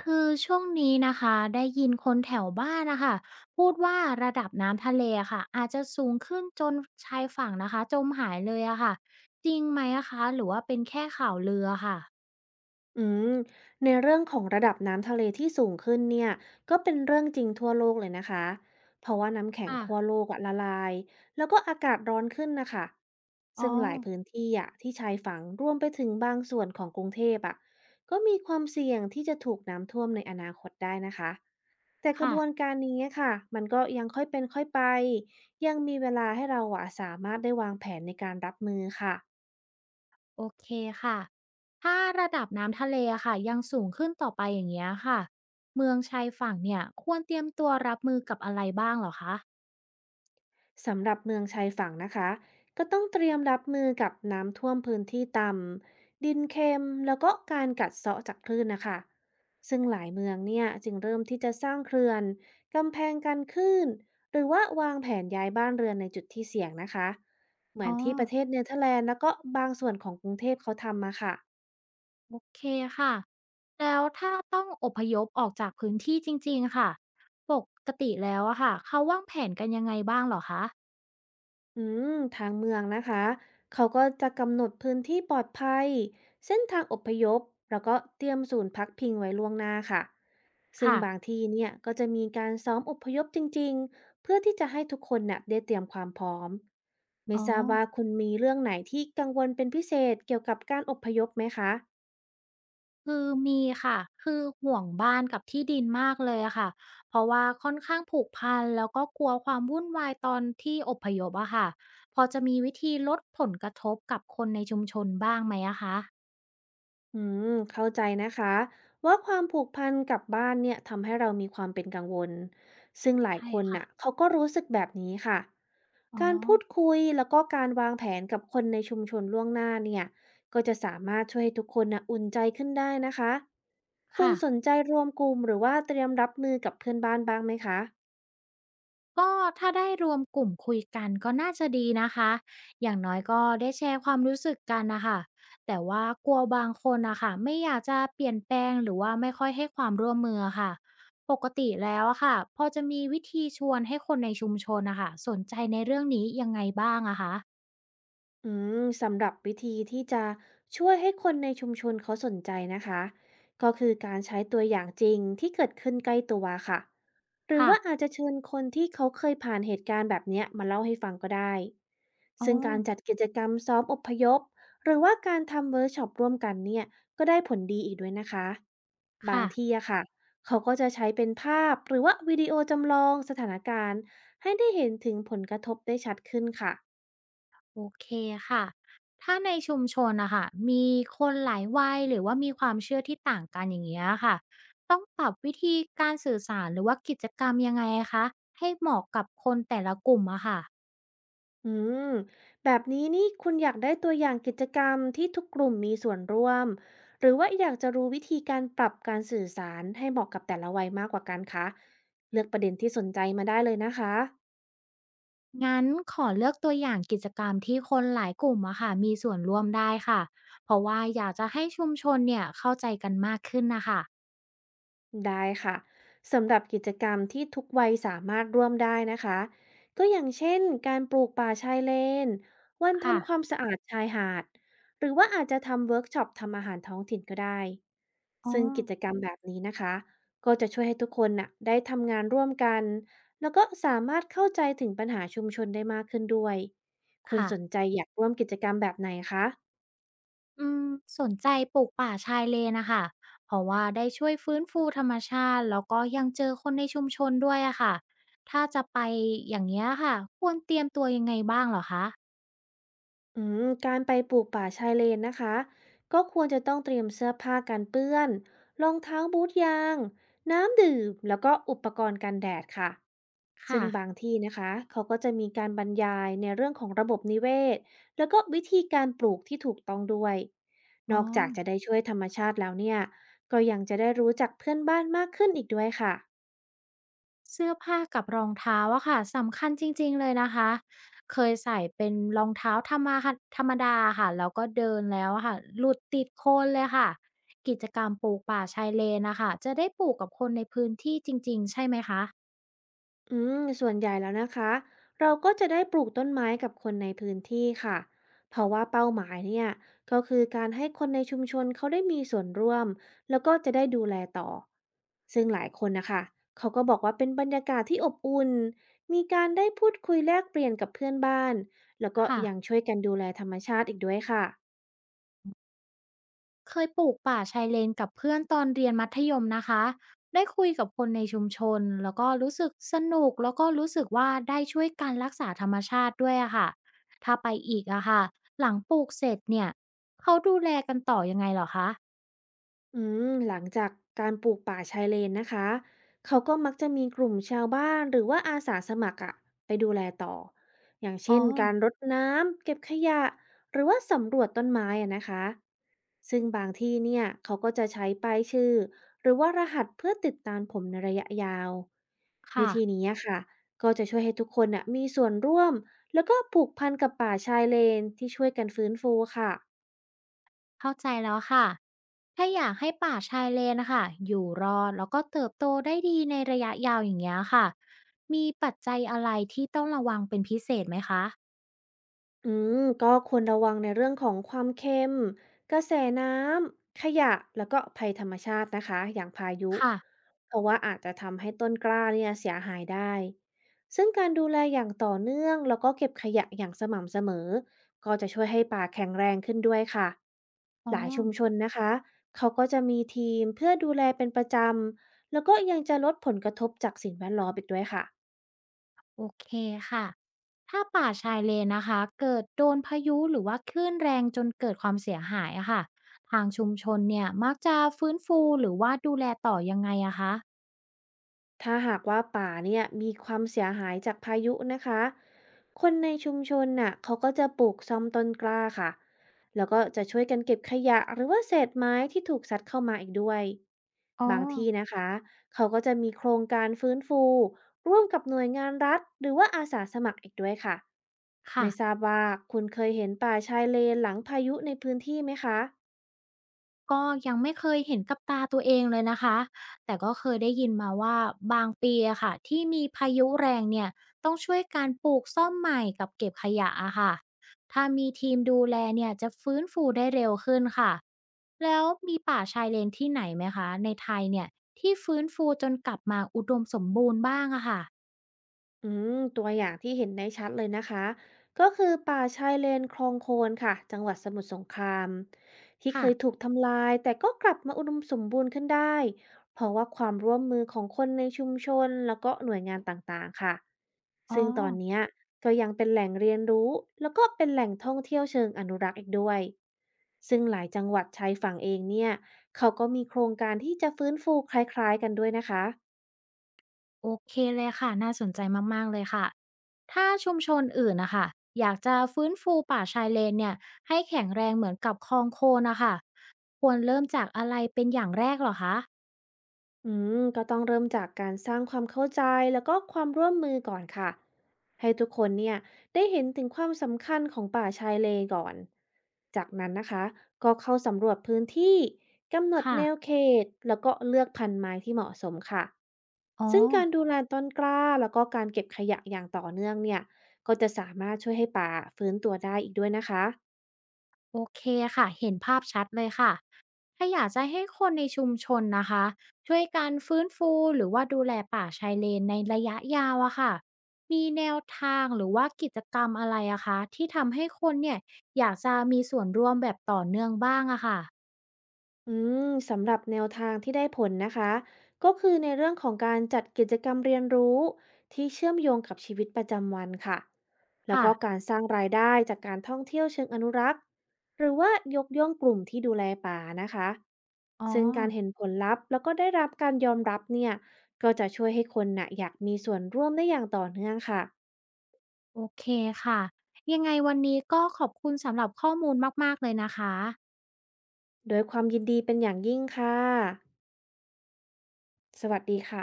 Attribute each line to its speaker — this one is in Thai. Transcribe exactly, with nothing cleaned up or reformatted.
Speaker 1: คือช่วงนี้นะคะได้ยินคนแถวบ้านนะคะพูดว่าระดับน้ำทะเลอะค่ะอาจจะสูงขึ้นจนชายฝั่งนะคะจมหายเลยอะค่ะจริงไหมอะคะหรือว่าเป็นแค่ข่าวลืออะค่ะ
Speaker 2: อืมในเรื่องของระดับน้ำทะเลที่สูงขึ้นเนี่ยก็เป็นเรื่องจริงทั่วโลกเลยนะคะเพราะว่าน้ำแข็ง
Speaker 1: อ่ะ
Speaker 2: ขั้วโลกอะละลายแล้วก็อากาศร้อนขึ้นนะคะ
Speaker 1: อ๋อ
Speaker 2: ซึ่งหลายพื้นที่อะที่ชายฝั่งรวมไปถึงบางส่วนของกรุงเทพอะก็มีความเสี่ยงที่จะถูกน้ำท่วมในอนาคตได้นะคะแต่กระ
Speaker 1: ค่ะ
Speaker 2: บวนการนี้ค่ะมันก็ยังค่อยเป็นค่อยไปยังมีเวลาให้เราอะสามารถได้วางแผนในการรับมือค่ะ
Speaker 1: โอเคค่ะถ้าระดับน้ำทะเลอะค่ะยังสูงขึ้นต่อไปอย่างเงี้ยค่ะเมืองชายฝั่งเนี่ยควรเตรียมตัวรับมือกับอะไรบ้างเหรอคะ
Speaker 2: สำหรับเมืองชายฝั่งนะคะก็ต้องเตรียมรับมือกับน้ำท่วมพื้นที่ต่ำดินเค็มแล้วก็การกัดเซาะจากคลื่นนะคะซึ่งหลายเมืองเนี่ยจึงเริ่มที่จะสร้างเขื่อนกำแพงกันคลื่นหรือว่าวางแผนย้ายบ้านเรือนในจุดที่เสี่ยงนะคะเหมือ
Speaker 1: อ๋
Speaker 2: น
Speaker 1: อ
Speaker 2: ที่ประเทศเนเธอร์แลนด์แล้วก็บางส่วนของกรุงเทพเขาทำมาค่ะ
Speaker 1: โอเคค่ะ แล้วถ้าต้องอพยพออกจากพื้นที่จริงๆค่ะปกติแล้วอะค่ะเขาวางแผนกันยังไงบ้างเหรอคะ
Speaker 2: อืมทางเมืองนะคะ เขาก็จะกำหนดพื้นที่ปลอดภัย เส้นทางอพยพ แล้วก็เตรียมศูนย์พักพิงไว้ล่วงหน้าค่ะ ซึ่ง
Speaker 1: ค่ะ
Speaker 2: บางที่เนี่ยก็จะมีการซ้อมอพยพจริงๆ เพื่อที่จะให้ทุกคนน่ะได้เตรียมความพร้อมไม่
Speaker 1: อ๋อ
Speaker 2: ทราบว่าคุณมีเรื่องไหนที่กังวลเป็นพิเศษเกี่ยวกับการอพยพไหมคะ
Speaker 1: คือมีค่ะคือห่วงบ้านกับที่ดินมากเลยอะค่ะเพราะว่าค่อนข้างผูกพันแล้วก็กลัวความวุ่นวายตอนที่อพยพอะค่ะพอจะมีวิธีลดผลกระทบกับคนในชุมชนบ้างไหมอะคะ
Speaker 2: อืมเข้าใจนะคะว่าความผูกพันกับบ้านเนี่ยทำให้เรามีความเป็นกังวลซึ่งหลาย
Speaker 1: ใช่
Speaker 2: คน
Speaker 1: ค่ะ
Speaker 2: น่ะเขาก็รู้สึกแบบนี้ค่ะ
Speaker 1: อ๋อ
Speaker 2: การพูดคุยแล้วก็การวางแผนกับคนในชุมชนล่วงหน้าเนี่ยก็จะสามารถช่วยให้ทุกคนน่ะอุ่นใจขึ้นได้นะคะคุณ
Speaker 1: ค่ะ
Speaker 2: สนใจรวมกลุ่มหรือว่าเตรียมรับมือกับเพื่อนบ้านบ้างไหมคะ
Speaker 1: ก็ถ้าได้รวมกลุ่มคุยกันก็น่าจะดีนะคะ อย่างน้อยก็ได้แชร์ความรู้สึกกันนะคะ แต่ว่ากลัวบางคนนะคะไม่อยากจะเปลี่ยนแปลงหรือว่าไม่ค่อยให้ความร่วมมือค่ะปกติแล้วอะค่ะพอจะมีวิธีชวนให้คนในชุมชนนะคะสนใจในเรื่องนี้ยังไงบ้างอะคะ
Speaker 2: อืมสำหรับวิธีที่จะช่วยให้คนในชุมชนเขาสนใจนะคะก็คือการใช้ตัวอย่างจริงที่เกิดขึ้นใกล้ตัวค่ะหรือ
Speaker 1: ค่ะ
Speaker 2: ว่าอาจจะเชิญคนที่เขาเคยผ่านเหตุการณ์แบบเนี้ยมาเล่าให้ฟังก็ได้
Speaker 1: อ๋อ
Speaker 2: ซึ่งการจัดกิจกรรมซ้อมอพยพหรือว่าการทำเวิร์กช็อปร่วมกันเนี่ยก็ได้ผลดีอีกด้วยนะคะบาง
Speaker 1: ค่ะ
Speaker 2: ที่อะค่ะเขาก็จะใช้เป็นภาพหรือว่าวิดีโอจำลองสถานการณ์ให้ได้เห็นถึงผลกระทบได้ชัดขึ้นค่ะ
Speaker 1: โอเคค่ะถ้าในชุมชนนะคะมีคนหลายวัยหรือว่ามีความเชื่อที่ต่างกันอย่างเงี้ยค่ะต้องปรับวิธีการสื่อสารหรือว่ากิจกรรมยังไงคะให้เหมาะกับคนแต่ละกลุ่มอะค่ะ
Speaker 2: อืมแบบนี้นี่คุณอยากได้ตัวอย่างกิจกรรมที่ทุกกลุ่มมีส่วนร่วมหรือว่าอยากจะรู้วิธีการปรับการสื่อสารให้เหมาะกับแต่ละวัยมากกว่ากันคะเลือกประเด็นที่สนใจมาได้เลยนะคะ
Speaker 1: งั้นขอเลือกตัวอย่างกิจกรรมที่คนหลายกลุ่มอะค่ะมีส่วนร่วมได้ค่ะเพราะว่าอยากจะให้ชุมชนเนี่ยเข้าใจกันมากขึ้นนะคะ
Speaker 2: ได้ค่ะสำหรับกิจกรรมที่ทุกวัยสามารถร่วมได้นะคะก็อย่างเช่นการปลูกป่าชายเลนวัน
Speaker 1: ค่ะ
Speaker 2: ทำความสะอาดชายหาดหรือว่าอาจจะทำเวิร์กช็อปทำอาหารท้องถิ่นก็ได้
Speaker 1: อ๋อ
Speaker 2: ซึ่งกิจกรรมแบบนี้นะคะก็จะช่วยให้ทุกคนน่ะได้ทำงานร่วมกันแล้วก็สามารถเข้าใจถึงปัญหาชุมชนได้มากขึ้นด้วยคุณ
Speaker 1: ค่ะ
Speaker 2: สนใจอยากร่วมกิจกรรมแบบไหนคะ
Speaker 1: อืมสนใจปลูกป่าชายเลนนะคะเพราะว่าได้ช่วยฟื้นฟูธรรมชาติแล้วก็ยังเจอคนในชุมชนด้วยอะค่ะถ้าจะไปอย่างเงี้ยค่ะควรเตรียมตัวยังไงบ้างเหรอคะ
Speaker 2: อืมการไปปลูกป่าชายเลนนะคะก็ควรจะต้องเตรียมเสื้อผ้ากันเปื้อนรองเท้าบูทยางน้ำดื่มแล้วก็อุปกรณ์กันแดดค่ะซึ่
Speaker 1: ค่ะ
Speaker 2: งบางที่นะคะเขาก็จะมีการบรรยายในเรื่องของระบบนิเวศแล้วก็วิธีการปลูกที่ถูกต้องด้วยน
Speaker 1: อ๋อ
Speaker 2: อกจากจะได้ช่วยธรรมชาติแล้วเนี่ยก็ยังจะได้รู้จักเพื่อนบ้านมากขึ้นอีกด้วยค่ะ
Speaker 1: เสื้อผ้ากับรองเท้าอะค่ะสำคัญจริงๆเลยนะคะเคยใส่เป็นรองเท้าธรรมะธรรมดาค่ะแล้วก็เดินแล้วอะค่ะหลุดติดโคลนเลยค่ะกิจกรรมปลูกป่าชายเลนนะคะจะได้ปลูกกับคนในพื้นที่จริงๆใช่ไหมคะ
Speaker 2: อืมส่วนใหญ่แล้วนะคะเราก็จะได้ปลูกต้นไม้กับคนในพื้นที่ค่ะเพราะว่าเป้าหมายเนี่ยก็คือการให้คนในชุมชนเขาได้มีส่วนร่วมแล้วก็จะได้ดูแลต่อซึ่งหลายคนนะคะเขาก็บอกว่าเป็นบรรยากาศที่อบอุ่นมีการได้พูดคุยแลกเปลี่ยนกับเพื่อนบ้านแล้วก็
Speaker 1: ค่ะ
Speaker 2: ยังช่วยกันดูแลธรรมชาติอีกด้วยค่ะ
Speaker 1: เคยปลูกป่าชายเลนกับเพื่อนตอนเรียนมัธยมนะคะได้คุยกับคนในชุมชนแล้วก็รู้สึกสนุกแล้วก็รู้สึกว่าได้ช่วยการรักษาธรรมชาติด้วยอะค่ะถ้าไปอีกอะค่ะหลังปลูกเสร็จเนี่ยเขาดูแลกันต่อยังไงเหรอคะ
Speaker 2: อืมหลังจากการปลูกป่าชายเลนนะคะเขาก็มักจะมีกลุ่มชาวบ้านหรือว่าอาสาสมัครอะไปดูแลต่ออย่าง
Speaker 1: อ๋
Speaker 2: เช่
Speaker 1: อ
Speaker 2: นการรดน้ำเก็บขยะหรือว่าสำรวจต้นไม้อะนะคะซึ่งบางที่เนี่ยเขาก็จะใช้ป้ายชื่อหรือว่ารหัสเพื่อติดตามผมในระยะยาววิ
Speaker 1: ค่ะ
Speaker 2: ธีนี้อะค่ะก็จะช่วยให้ทุกคนอะมีส่วนร่วมแล้วก็ผูกพันกับป่าชายเลนที่ช่วยกันฟื้นฟูค่ะ
Speaker 1: เข้าใจแล้วค่ะถ้าอยากให้ป่าชายเลนนะคะอยู่รอดแล้วก็เติบโตได้ดีในระยะยาวอย่างเงี้ยค่ะมีปัจจัยอะไรที่ต้องระวังเป็นพิเศษไหมคะ
Speaker 2: อืมก็ควรระวังในเรื่องของความเค็มกระแสน้ำขยะแล้วก็ภัยธรรมชาตินะคะอย่างพายุ
Speaker 1: ค่ะ
Speaker 2: เพราะว่าอาจจะทำให้ต้นกล้าเนี่ยเสียหายได้ซึ่งการดูแลอย่างต่อเนื่องแล้วก็เก็บขยะอย่างสม่ำเสมอก็จะช่วยให้ป่าแข็งแรงขึ้นด้วยค่ะ
Speaker 1: อ๋อ
Speaker 2: หลายชุมชนนะคะเขาก็จะมีทีมเพื่อดูแลเป็นประจำแล้วก็ยังจะลดผลกระทบจากสิ่งแวดล้อมอีกด้วยค่ะ
Speaker 1: โอเคค่ะ ถ้าป่าชายเลนนะคะเกิดโดนพายุหรือว่าคลื่นแรงจนเกิดความเสียหายอะค่ะทางชุมชนเนี่ยมักจะฟื้นฟูหรือว่าดูแลต่อยังไงอะคะ
Speaker 2: ถ้าหากว่าป่าเนี่ยมีความเสียหายจากพายุนะคะคนในชุมชนน่ะเขาก็จะปลูกซ่อมต้นกล้าค่ะ แล้วก็จะช่วยกันเก็บขยะหรือว่าเศษไม้ที่ถูกซัดเข้ามาอีกด้วย
Speaker 1: อ๋อ
Speaker 2: บางที่นะคะเขาก็จะมีโครงการฟื้นฟูร่วมกับหน่วยงานรัฐหรือว่าอาสาสมัครอีกด้วยค่ะ
Speaker 1: ค่ะ
Speaker 2: ไม่ทราบว่าคุณเคยเห็นป่าชายเลนหลังพายุในพื้นที่ไหมคะ
Speaker 1: ก็ยังไม่เคยเห็นกับตาตัวเองเลยนะคะ แต่ก็เคยได้ยินมาว่าบางปีอะค่ะที่มีพายุแรงเนี่ยต้องช่วยการปลูกซ่อมใหม่กับเก็บขยะอะค่ะถ้ามีทีมดูแลเนี่ยจะฟื้นฟูได้เร็วขึ้นค่ะ แล้วมีป่าชายเลนที่ไหนไหมคะในไทยเนี่ยที่ฟื้นฟูจนกลับมาอุดมสมบูรณ์บ้างอะค่ะ
Speaker 2: อืมตัวอย่างที่เห็นได้ชัดเลยนะคะก็คือป่าชายเลนคลองโคนค่ะจังหวัดสมุทรสงครามที่เค
Speaker 1: ค่ะ
Speaker 2: ยถูกทำลายแต่ก็กลับมาอุดมสมบูรณ์ขึ้นได้เพราะว่าความร่วมมือของคนในชุมชนแล้วก็หน่วยงานต่างๆค่ะ
Speaker 1: อ๋อ
Speaker 2: ซึ่งตอนเนี้ยก็ยังเป็นแหล่งเรียนรู้แล้วก็เป็นแหล่งท่องเที่ยวเชิงอนุรักษ์อีกด้วยซึ่งหลายจังหวัดชายฝั่งเองเนี่ยเขาก็มีโครงการที่จะฟื้นฟูคล้ายๆกันด้วยนะคะ
Speaker 1: โอเคเลยค่ะน่าสนใจมากๆเลยค่ะถ้าชุมชนอื่นนะคะอยากจะฟื้นฟูป่าชายเลนเนี่ยให้แข็งแรงเหมือนกับคลองโคลนนะค่ะควรเริ่มจากอะไรเป็นอย่างแรกเหรอคะ
Speaker 2: อืมก็ต้องเริ่มจากการสร้างความเข้าใจแล้วก็ความร่วมมือก่อนค่ะให้ทุกคนเนี่ยได้เห็นถึงความสำคัญของป่าชายเลนก่อนจากนั้นนะคะก็เข้าสำรวจพื้นที่กำหนด
Speaker 1: ค่ะ
Speaker 2: แนวเขตแล้วก็เลือกพันธุ์ไม้ที่เหมาะสมค่ะ
Speaker 1: อ๋อ
Speaker 2: ซึ่งการดูแลต้นกล้าแล้วก็การเก็บขยะอย่างต่อเนื่องเนี่ยก็จะสามารถช่วยให้ป่าฟื้นตัวได้อีกด้วยนะคะ
Speaker 1: โอเคค่ะเห็นภาพชัดเลยค่ะถ้าอยากจะให้คนในชุมชนนะคะช่วยการฟื้นฟูหรือว่าดูแลป่าชายเลนในระยะยาวอะค่ะมีแนวทางหรือว่ากิจกรรมอะไรอะคะที่ทำให้คนเนี่ยอยากจะมีส่วนร่วมแบบต่อเนื่องบ้างอะค่ะ
Speaker 2: อืมสำหรับแนวทางที่ได้ผลนะคะก็คือในเรื่องของการจัดกิจกรรมเรียนรู้ที่เชื่อมโยงกับชีวิตประจำวันค่ะแล้ว
Speaker 1: ค่ะ
Speaker 2: ก็การสร้างรายได้จากการท่องเที่ยวเชิงอนุรักษ์หรือว่ายกย่องกลุ่มที่ดูแลป่านะคะ
Speaker 1: อ๋อ
Speaker 2: ซึ่งการเห็นผลลัพธ์แล้วก็ได้รับการยอมรับเนี่ยก็จะช่วยให้คนน่ะอยากมีส่วนร่วมได้อย่างต่อเนื่องค่ะ
Speaker 1: โอเคค่ะยังไงวันนี้ก็ขอบคุณสำหรับข้อมูลมากๆเลยนะคะ
Speaker 2: โดยความยินดีเป็นอย่างยิ่งค่ะสวัสดีค่ะ